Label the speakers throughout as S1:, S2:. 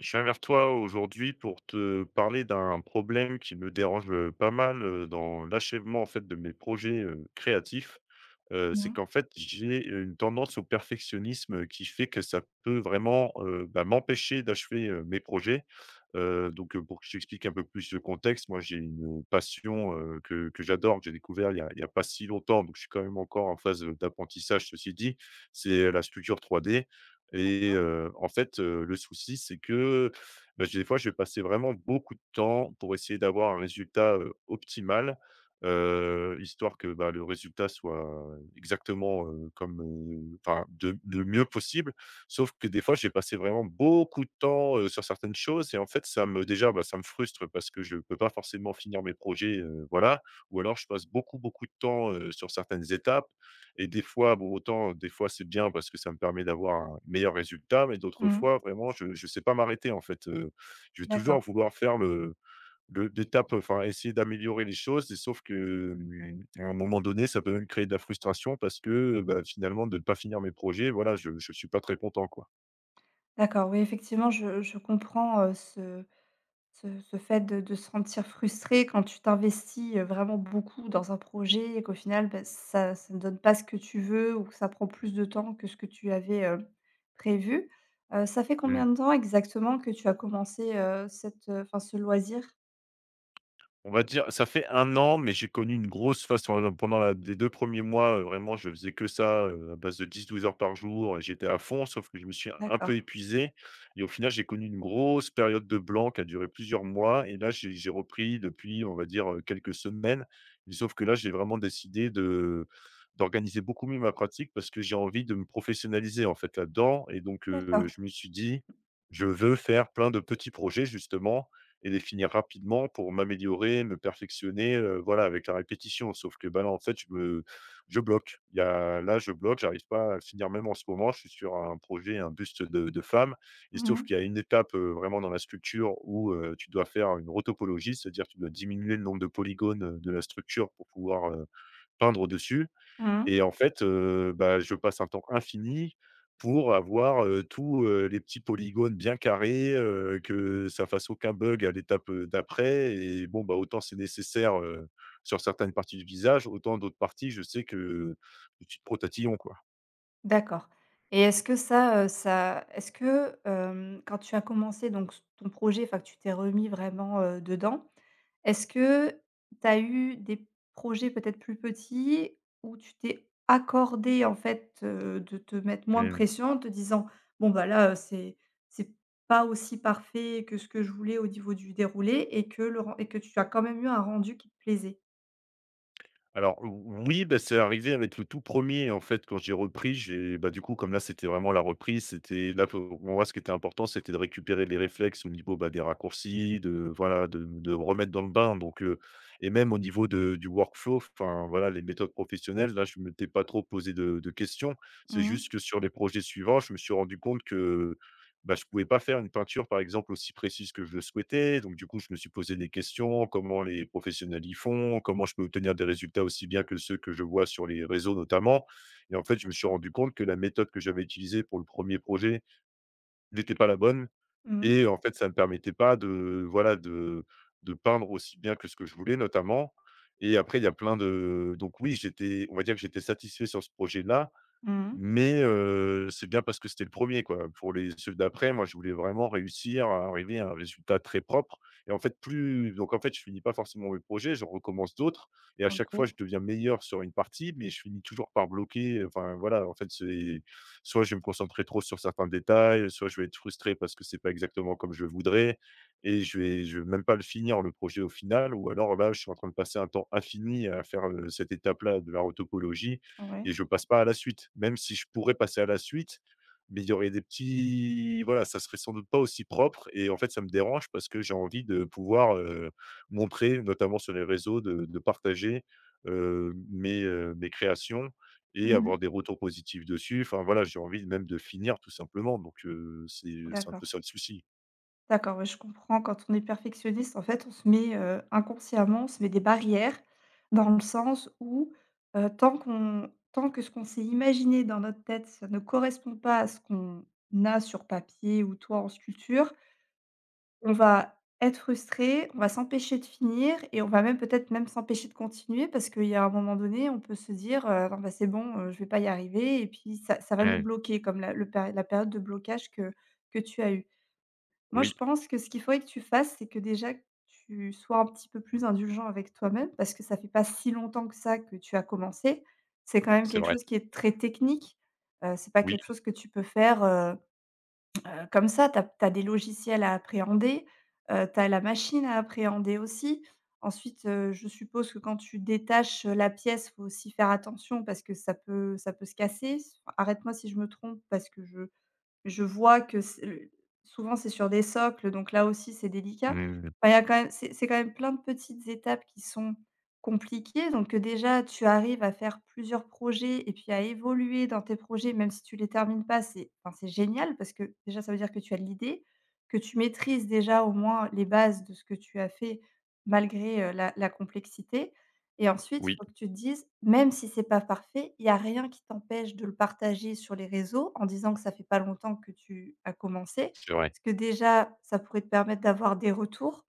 S1: Je viens vers toi aujourd'hui pour te parler d'un problème qui me dérange, pas mal, dans l'achèvement, en fait, de mes projets, créatifs. C'est
S2: Mmh.
S1: qu'en fait, j'ai une tendance au perfectionnisme, qui fait que ça peut vraiment, bah, m'empêcher d'achever, mes projets. Donc, pour que je t'explique un peu plus le contexte, moi, j'ai une passion, que j'adore, que j'ai découvert il y a pas si longtemps, donc je suis quand même encore en phase d'apprentissage, ceci dit. C'est la sculpture 3D et en fait, le souci, c'est que, bah, j'ai des fois, je vais passer vraiment beaucoup de temps pour essayer d'avoir un résultat, optimal, histoire que, bah, le résultat soit exactement, comme, enfin, de le mieux possible. Sauf que des fois, j'ai passé vraiment beaucoup de temps, sur certaines choses et en fait, bah, ça me frustre parce que je peux pas forcément finir mes projets, voilà. Ou alors je passe beaucoup, beaucoup de temps, sur certaines étapes et des fois, bon, autant, des fois, c'est bien parce que ça me permet d'avoir un meilleur résultat, mais d'autres
S2: Mmh.
S1: fois, vraiment, je sais pas m'arrêter, en fait. Je vais
S2: D'accord,
S1: toujours vouloir faire le d'étape, enfin essayer d'améliorer les choses et sauf que, à un moment donné, ça peut même créer de la frustration parce que, bah, finalement de ne pas finir mes projets, voilà, je suis pas très content, quoi.
S2: d'accord. Oui, effectivement, je comprends, ce fait de se sentir frustré quand tu t'investis, vraiment beaucoup dans un projet et qu'au final, bah, ça ne donne pas ce que tu veux ou que ça prend plus de temps que ce que tu avais, prévu. Ça fait
S1: Mmh.
S2: combien de temps exactement que tu as commencé, cette, enfin, ce loisir?
S1: On va dire, ça fait un an, mais j'ai connu une grosse phase pendant la les 2 premiers mois, vraiment je faisais que ça, à base de 10, 12 heures par jour et j'étais à fond, sauf que je me suis un peu
S2: D'accord,
S1: épuisé et au final, j'ai connu une grosse période de blanc qui a duré plusieurs mois et là, j'ai repris depuis, on va dire, quelques semaines, mais sauf que là, j'ai vraiment décidé de d'organiser beaucoup mieux ma pratique parce que j'ai envie de me professionnaliser, en fait, là-dedans et donc
S2: d'accord.
S1: je me suis dit: «Je veux faire plein de petits projets, justement» et les finir rapidement pour m'améliorer, me perfectionner, voilà, avec la répétition. Sauf que, bah, là, en fait, je bloque. Il y a là, je bloque, j'arrive pas à le finir. Même en ce moment, je suis sur un projet, un buste de femme et
S2: Mmh
S1: sauf
S2: mh.
S1: qu'il y a une étape, vraiment dans la sculpture où, tu dois faire une rotopologie, c'est-à-dire tu dois diminuer le nombre de polygones, de la structure pour pouvoir, peindre dessus.
S2: Mmh.
S1: Et en fait, bah, je passe un temps infini pour avoir, tous, les petits polygones bien carrés, que ça fasse aucun bug à l'étape, d'après et bon, bah, autant c'est nécessaire, sur certaines parties du visage, autant d'autres parties, je sais que, petit trop tatillon, quoi.
S2: D'accord et est-ce que ça, quand tu as commencé donc s ton projet, enfin que tu t'es remis vraiment, dedans, est-ce que tu as eu des projets peut-être plus petits où tu t'es accordé en fait, de te mettre moins de
S1: Mmh.
S2: pression en te disant: «Bon bah là, c'est pas aussi parfait que ce que je voulais au niveau du déroulé» et que le ren et que tu as quand même eu un rendu qui te plaisait?
S1: Alors oui, bah, c'est arrivé avec le tout premier en fait, quand j'ai repris, j'ai bah, du coup, comme là, c'était vraiment la reprise, c'était là, faut pour moi, ce qui était important, c'était de récupérer les réflexes au niveau, bah, des raccourcis, de voilà, de me remettre dans le bain donc et même au niveau de du workflow, enfin voilà, les méthodes professionnelles, là, je ne m'étais pas trop posé de questions. C'est
S2: Mmh.
S1: juste que sur les projets suivants, je me suis rendu compte que bah, je pouvais pas faire une peinture, par exemple, aussi précise que je le souhaitais. Donc, du coup, je me suis posé des questions, comment les professionnels y font, comment je peux obtenir des résultats aussi bien que ceux que je vois sur les réseaux notamment. Et en fait, je me suis
S2: D'accord.
S1: rendu compte que la méthode que j'avais utilisée pour le premier projet n'était pas la bonne
S2: Mmh mh.
S1: et en fait, ça ne me permettait pas de voilà, de peindre aussi bien que ce que je voulais notamment. Et après, il y a plein de donc oui, j'étais on va dire que j'étais satisfait sur ce projet-là,
S2: Mmh.
S1: mais, c'est bien parce que c'était le premier quoi. Pour les ceux d'après, moi, je voulais vraiment réussir à arriver à un résultat très propre et en fait, plus donc en fait, je finis pas forcément mes projets, je recommence d'autres et à chaque fois, je
S2: OK.
S1: deviens meilleur sur une partie, mais je finis toujours par bloquer, enfin voilà, en fait, c'est soit je vais me concentrer trop sur certains détails, soit je vais être frustré parce que c'est pas exactement comme je voudrais et je vais même pas le finir le projet au final ou alors là, je suis en train de passer un temps infini à faire, cette étape-là de la retopologie
S2: Ouais.
S1: et je passe pas à la suite. Même si je pourrais passer à la suite, mais il y aurait des petits voilà, ça serait sans doute pas aussi propre et en fait, ça me dérange parce que j'ai envie de pouvoir, montrer, notamment sur les réseaux, de partager, mes créations et
S2: Mmh.
S1: avoir des retours positifs dessus. Enfin voilà, j'ai envie même de finir tout simplement donc c'est un peu
S2: D'accord.
S1: ça le souci.
S2: D'accord, ouais, je comprends. Quand on est perfectionniste, en fait, on se met, inconsciemment, on se met des barrières dans le sens où, tant que ce qu'on s'est imaginé dans notre tête, ça ne correspond pas à ce qu'on a sur papier ou toi en sculpture, on va être frustré, on va s'empêcher de finir et on va même peut-être même s'empêcher de continuer parce qu'il y a un moment donné, on peut se dire, «Non, bah, c'est bon, je vais pas y arriver» et puis ça va nous
S1: Mmh.
S2: bloquer comme la période de blocage que tu as eue. Moi, je
S1: Oui,
S2: pense que ce qu'il faudrait que tu fasses, c'est que déjà que tu sois un petit peu plus indulgent avec toi-même parce que ça fait pas si longtemps que ça que tu as commencé. C'est quand même
S1: c'est
S2: quelque
S1: vrai.
S2: chose qui est très technique. C'est pas
S1: Oui.
S2: quelque chose que tu peux faire, comme ça. Tu as des logiciels à appréhender, tu as la machine à appréhender aussi. Ensuite, je suppose que quand tu détaches, la pièce, faut aussi faire attention parce que ça peut se casser. Arrête-moi si je me trompe parce que je vois que c'est le souvent c'est sur des socles, donc là aussi c'est délicat.
S1: Mmh.
S2: Enfin, il y a quand même c'est quand même plein de petites étapes qui sont compliquées, donc déjà tu arrives à faire plusieurs projets et puis à évoluer dans tes projets même si tu les termines pas, c'est enfin c'est génial parce que déjà ça veut dire que tu as de l'idée, que tu maîtrises déjà au moins les bases de ce que tu as fait malgré, la complexité et ensuite, il
S1: Oui,
S2: faut que tu te dises, même si c'est pas parfait, il y a rien qui t'empêche de le partager sur les réseaux en disant que ça fait pas longtemps que tu as commencé.
S1: c'est vrai.
S2: Parce que déjà, ça pourrait te permettre d'avoir des retours,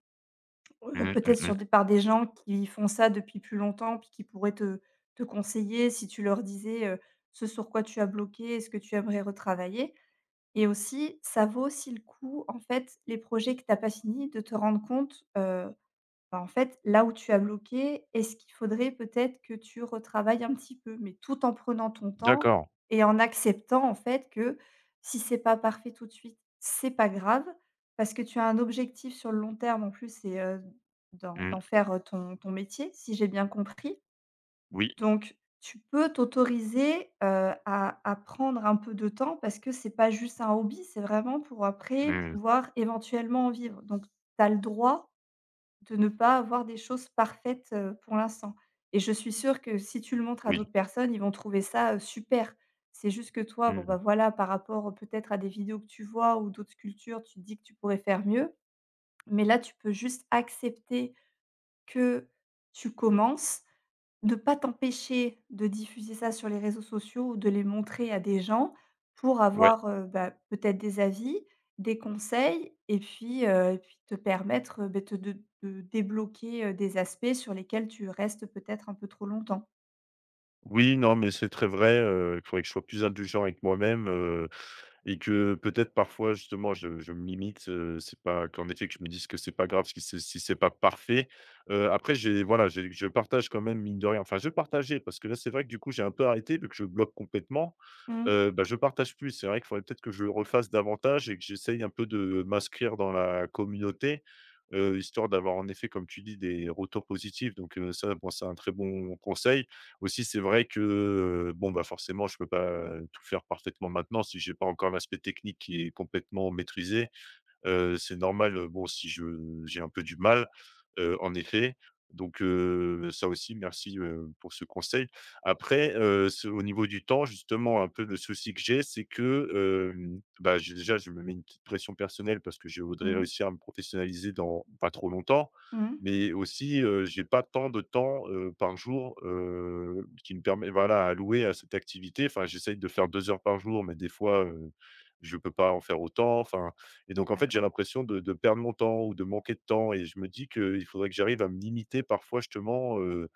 S1: Mmh, mmh
S2: peut-être
S1: mh.
S2: sur des par des gens qui font ça depuis plus longtemps, puis qui pourraient te conseiller si tu leur disais, ce sur quoi tu as bloqué est ce que tu aimerais retravailler. Et aussi, ça vaut aussi le coup, en fait, les projets que tu as pas finis, de te rendre compte, bah, en fait, là où tu as bloqué, est-ce qu'il faudrait peut-être que tu retravailles un petit peu, mais tout en prenant ton temps
S1: D'accord.
S2: et en acceptant en fait que si c'est pas parfait tout de suite, c'est pas grave, parce que tu as un objectif sur le long terme en plus, c'est, d'en
S1: Mmh.
S2: d'en faire, ton métier, si j'ai bien compris.
S1: Oui.
S2: Donc tu peux t'autoriser, à prendre un peu de temps parce que c'est pas juste un hobby, c'est vraiment pour après
S1: Mmh.
S2: pouvoir éventuellement en vivre. Donc tu as le droit de ne pas avoir des choses parfaites, pour l'instant et je suis sûre que si tu le montres à
S1: Oui.
S2: d'autres personnes, ils vont trouver ça, super. C'est juste que toi, bon,
S1: Mmh.
S2: bah, voilà, par rapport, peut-être, à des vidéos que tu vois ou d'autres cultures, tu te dis que tu pourrais faire mieux. Mais là, tu peux juste accepter que tu commences de pas t'empêcher de diffuser ça sur les réseaux sociaux ou de les montrer à des gens pour
S1: Ouais.
S2: avoir, bah, peut-être des avis, des conseils et puis te permettre, te de débloquer, des aspects sur lesquels tu restes peut-être un peu trop longtemps.
S1: Oui, non, mais c'est très vrai, il faudrait que je sois plus indulgent avec moi-même, et que peut-être parfois justement je me limite, c'est pas qu'en effet que je me dise que c'est pas grave si c'est pas parfait. Après j'ai voilà, j'ai je partage quand même mine de rien enfin je partageais parce que là c'est vrai que du coup j'ai un peu arrêté vu que je bloque complètement.
S2: Mmh.
S1: Bah, je partage plus. C'est vrai qu'il faudrait peut-être que je le refasse davantage et que j'essaye un peu de m'inscrire dans la communauté, histoire d'avoir en effet, comme tu dis, des retours positifs donc ça, bon, c'est un très bon conseil. Aussi, c'est vrai que, bon, bah, forcément, je peux pas tout faire parfaitement maintenant si j'ai pas encore l'aspect technique qui est complètement maîtrisé. C'est normal, bon si je j'ai un peu du mal, en effet. Donc ça aussi merci, pour ce conseil. Après, ce au niveau du temps justement un peu le souci que j'ai, c'est que, bah, je déjà je me mets une petite pression personnelle parce que je voudrais
S2: Mmh.
S1: réussir à me professionnaliser dans pas trop longtemps,
S2: Mmh.
S1: mais aussi, j'ai pas tant de temps, par jour, qui me permet voilà, à alloué à cette activité. Enfin j'essaye de faire 2 heures par jour, mais des fois, je peux pas en faire autant. Enfin et donc en fait, j'ai
S2: D'accord.
S1: l'impression de perdre mon temps ou de manquer de temps et je me dis qu'il faudrait que j'arrive à me limiter parfois justement,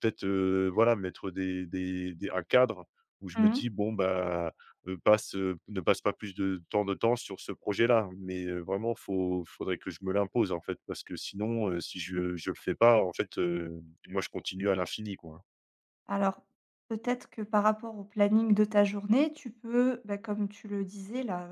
S1: peut-être, voilà mettre des un cadre où je me
S2: Mmh.
S1: dis: «Bon bah, passe, ne passe pas plus de temps sur ce projet-là». Mais, vraiment il faudrait que je me l'impose en fait parce que sinon, si je le fais pas en fait, moi je continue à l'infini quoi.
S2: Alors, peut-être que par rapport au planning de ta journée, tu peux, bah, comme tu le disais là,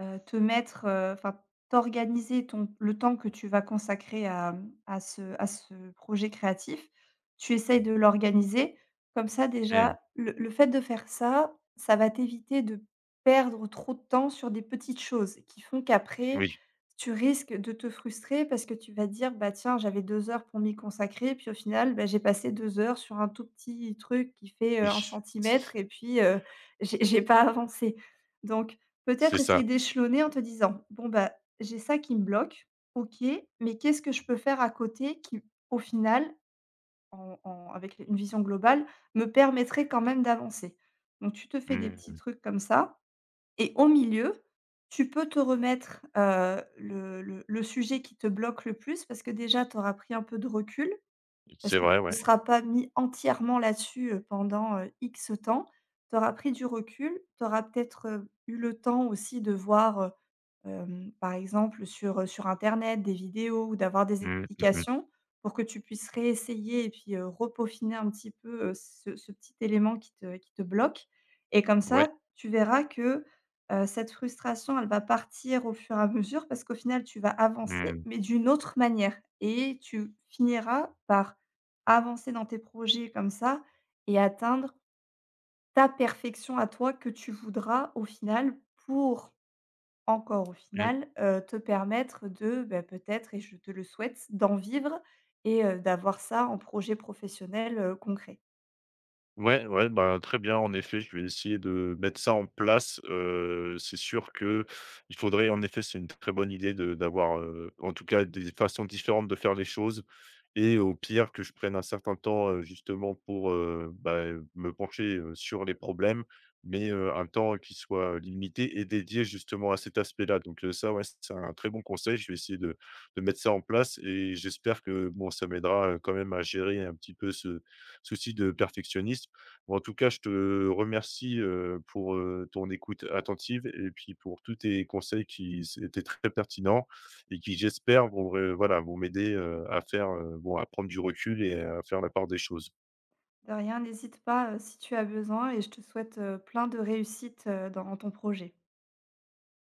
S2: te mettre, enfin, t'organiser ton le temps que tu vas consacrer à ce projet créatif. Tu essayes de l'organiser. Comme ça
S1: Mmh.
S2: déjà, le fait de faire ça, ça va t'éviter de perdre trop de temps sur des petites choses qui font qu'après
S1: Oui,
S2: tu risques de te frustrer parce que tu vas dire: «Bah, tiens, j'avais 2 heures pour m'y consacrer, puis au final, bah, j'ai passé 2 heures sur un tout petit truc qui fait,
S1: oui.
S2: 1 centimètre et puis, j'ai pas avancé». Donc
S1: C'est
S2: peut-être
S1: ça.
S2: essayer d'échelonner en te disant: «Bon, bah, j'ai ça qui me bloque, OK, mais qu'est-ce que je peux faire à côté qui, au final, en en avec une vision globale, me permettrait quand même d'avancer?» donc tu te fais des petits
S1: Mmh.
S2: trucs comme ça. Et au milieu, tu peux te remettre, le sujet qui te bloque le plus parce que déjà tu auras pris un peu de recul, parce
S1: C'est
S2: que tu
S1: vrai,
S2: ne
S1: ouais.
S2: seras pas mis entièrement là-dessus, pendant, X temps. Tu auras pris du recul, tu auras peut-être, eu le temps aussi de voir, par exemple, sur internet, des vidéos ou d'avoir des
S1: Mmh, mmh mh.
S2: explications pour que tu puisses réessayer et puis, repeaufiner un petit peu, ce petit élément qui te bloque et comme
S1: Ouais.
S2: ça, tu verras que, cette frustration, elle va partir au fur et à mesure parce qu'au final, tu vas avancer,
S1: Mmh.
S2: mais d'une autre manière et tu finiras par avancer dans tes projets comme ça et atteindre ta perfection à toi que tu voudras au final pour encore au
S1: Mmh.
S2: final, te permettre de, bah, peut-être et je te le souhaite, d'en vivre et d'avoir ça en projet professionnel, concret.
S1: Ouais, ouais, bah, très bien. En effet, je vais essayer de mettre ça en place. C'est sûr que il faudrait en effet, c'est une très bonne idée de d'avoir, en tout cas, des façons différentes de faire les choses. Et au pire, que je prenne un certain temps, justement pour, bah, me pencher, sur les problèmes, mais un temps qui soit limité et dédié justement à cet aspect-là. Donc ça, ouais, c'est un très bon conseil. Je vais essayer de mettre ça en place et j'espère que, bon, ça m'aidera, quand même à gérer un petit peu ce souci de perfectionnisme. Bon, en tout cas, je te remercie, pour, ton écoute attentive et puis pour tous tes conseils qui s étaient très pertinents et qui j'espère vont m'aider, à faire, bon à prendre du recul et à faire la part des choses.
S2: De rien, n'hésite pas, si tu as besoin et je te souhaite, plein de réussite, dans ton projet.